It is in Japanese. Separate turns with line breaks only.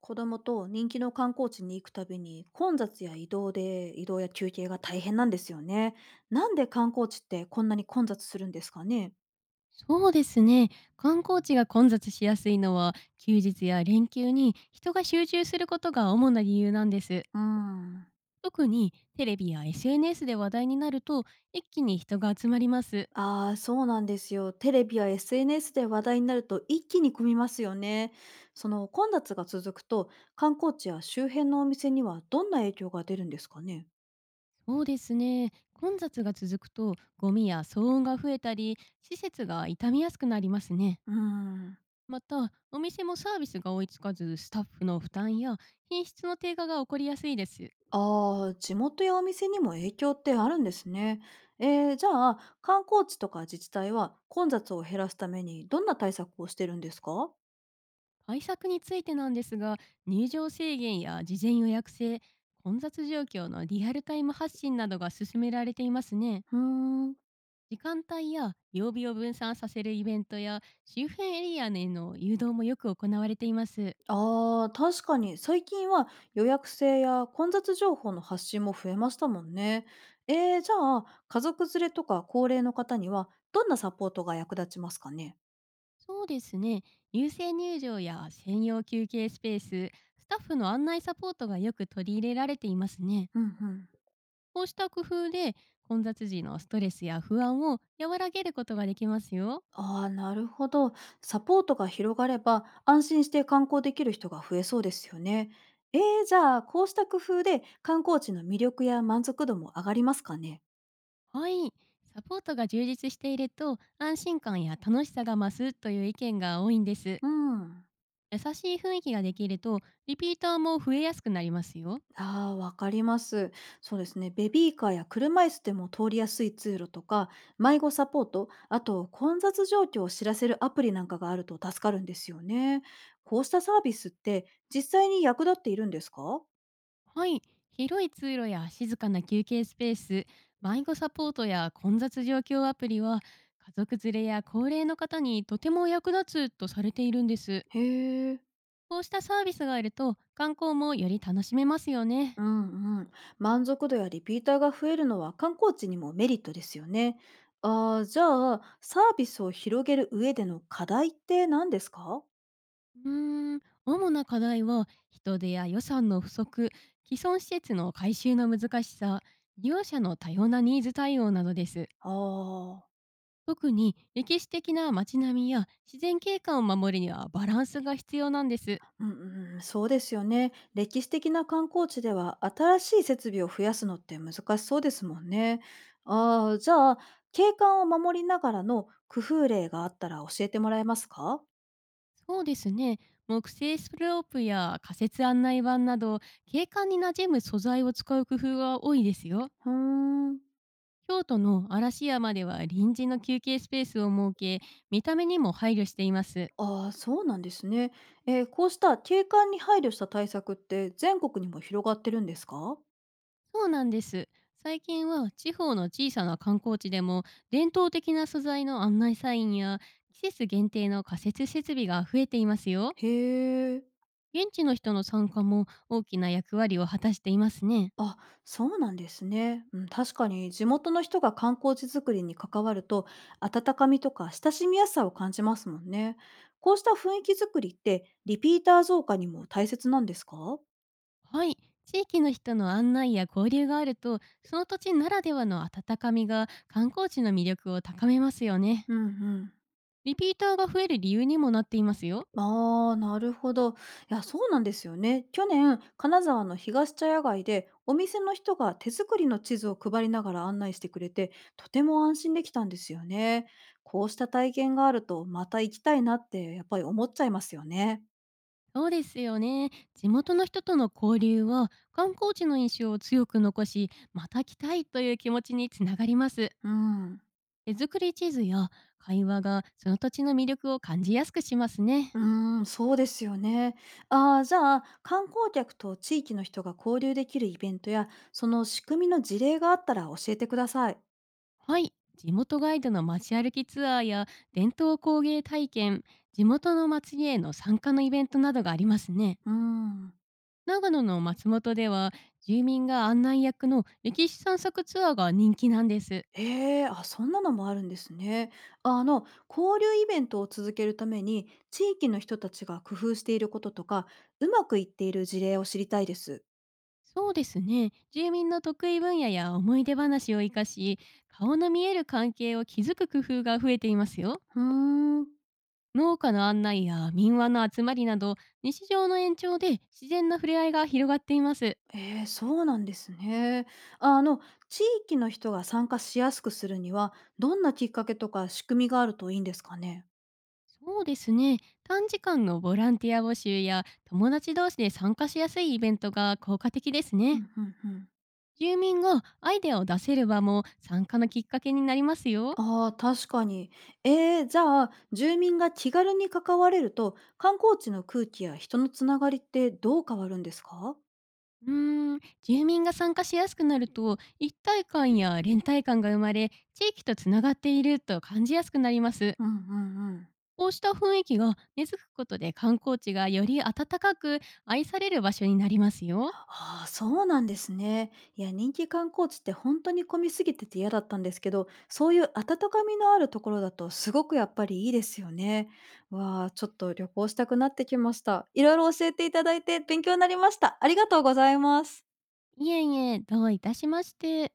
子供と人気の観光地に行くたびに混雑や移動で移動や休憩が大変なんですよね。なんで観光地ってこんなに混雑するんですかね？
そうですね。観光地が混雑しやすいのは、休日や連休に人が集中することが主な理由なんです。
うーん。
特にテレビや SNS で話題になると、一気に人が集まります。
ああ、そうなんですよ。テレビや SNS で話題になると一気に混みますよね。その混雑が続くと観光地や周辺のお店にはどんな影響が出るんですかね？
そうですね。混雑が続くと、ゴミや騒音が増えたり、施設が傷みやすくなりますね。
うーん。
また、お店もサービスが追いつかず、スタッフの負担や品質の低下が起こりやすいです。
ああ、地元やお店にも影響ってあるんですね。じゃあ、観光地とか自治体は混雑を減らすためにどんな対策をしてるんですか？
対策についてなんですが、入場制限や事前予約制、混雑状況のリアルタイム発信などが進められていますね。
うーん。
時間帯や曜日を分散させるイベントや周辺エリアへの誘導もよく行われています。
ああ、確かに最近は予約制や混雑情報の発信も増えましたもんね。じゃあ、家族連れとか高齢の方にはどんなサポートが役立ちますかね？
そうですね。優先入場や専用休憩スペース、スタッフの案内サポートがよく取り入れられていますね。
うんうん。
こうした工夫で混雑時のストレスや不安を和らげることができますよ。
ああ、なるほど。サポートが広がれば、安心して観光できる人が増えそうですよね。じゃあ、こうした工夫で観光地の魅力や満足度も上がりますかね？
はい、サポートが充実していると、安心感や楽しさが増すという意見が多いんです。
うん。
優しい雰囲気ができると、リピーターも増えやすくなりますよ。
ああ、わかります。そうですね。ベビーカーや車椅子でも通りやすい通路とか、迷子サポート、あと混雑状況を知らせるアプリなんかがあると助かるんですよね。こうしたサービスって実際に役立っているんですか？
はい、広い通路や静かな休憩スペース、迷子サポートや混雑状況アプリは、家族連れや高齢の方にとても役立つとされているんです。
へえ。
こうしたサービスがあると、観光もより楽しめますよね。
うんうん。満足度やリピーターが増えるのは観光地にもメリットですよね。ああ、じゃあ、サービスを広げる上での課題って何ですか？
うーん、主な課題は、人手や予算の不足、既存施設の改修の難しさ、利用者の多様なニーズ対応などです。
ああ、
特に歴史的な街並みや自然景観を守るには、バランスが必要なんです。
うんうん、そうですよね。歴史的な観光地では新しい設備を増やすのって難しそうですもんね。ああ、じゃあ、景観を守りながらの工夫例があったら教えてもらえますか？
そうですね。木製スロープや仮設案内板など、景観に馴染む素材を使う工夫が多いですよ。
うーん。
京都の嵐山では臨時の休憩スペースを設け、見た目にも配慮しています。
ああ、そうなんですね。こうした景観に配慮した対策って全国にも広がってるんですか？
そうなんです。最近は地方の小さな観光地でも、伝統的な素材の案内サインや季節限定の仮設設備が増えていますよ。
へえ。
現地の人の参加も大きな役割を果たしていますね。
あ、そうなんですね。うん、確かに地元の人が観光地づくりに関わると、温かみとか親しみやすさを感じますもんね。こうした雰囲気づくりってリピーター増加にも大切なんですか？
はい。地域の人の案内や交流があると、その土地ならではの温かみが観光地の魅力を高めますよね。
うんうん。
リピーターが増える理由にもなっていますよ。
ああ、なるほど。いや、そうなんですよね。去年、金沢の東茶屋街で、お店の人が手作りの地図を配りながら案内してくれて、とても安心できたんですよね。こうした体験があると、また行きたいなって、やっぱり思っちゃいますよね。
そうですよね。地元の人との交流は観光地の印象を強く残し、また来たいという気持ちにつながります。
うん。
手作り地図や会話が、その土地の魅力を感じやすくしますね。
うーん、そうですよね。ああ、じゃあ、観光客と地域の人が交流できるイベントや、その仕組みの事例があったら教えてください。
はい。地元ガイドの街歩きツアーや伝統工芸体験、地元の祭りへの参加のイベントなどがありますね。
うん。
長野の松本では、住民が案内役の歴史散策ツアーが人気なんです。
ええ、あ、そんなのもあるんですね。あの、交流イベントを続けるために、地域の人たちが工夫していることとか、うまくいっている事例を知りたいです。
そうですね。住民の得意分野や思い出話を生かし、顔の見える関係を築く工夫が増えていますよ。
ふーん、
農家の案内や民話の集まりなど、日常の延長で自然な触れ合いが広がっています。
そうなんですね。あの、地域の人が参加しやすくするには、どんなきっかけとか仕組みがあるといいんですかね。
そうですね。短時間のボランティア募集や友達同士で参加しやすいイベントが効果的です
う
ね。
んうんうん。
住民がアイデアを出せる場も、参加のきっかけになりますよ。
ああ、確かに。じゃあ、住民が気軽に関われると、観光地の空気や人のつながりってどう変わるんですか？
住民が参加しやすくなると、一体感や連帯感が生まれ、地域とつながっていると感じやすくなります。
うんうんうん。
こうした雰囲気が根付くことで、観光地がより温かく愛される場所になりますよ。
ああ、そうなんですね。いや、人気観光地って本当に混みすぎてて嫌だったんですけど、そういう温かみのあるところだとすごくやっぱりいいですよね。わあ、ちょっと旅行したくなってきました。いろいろ教えていただいて勉強になりました。ありがとうございます。
いえいえ、どういたしまして。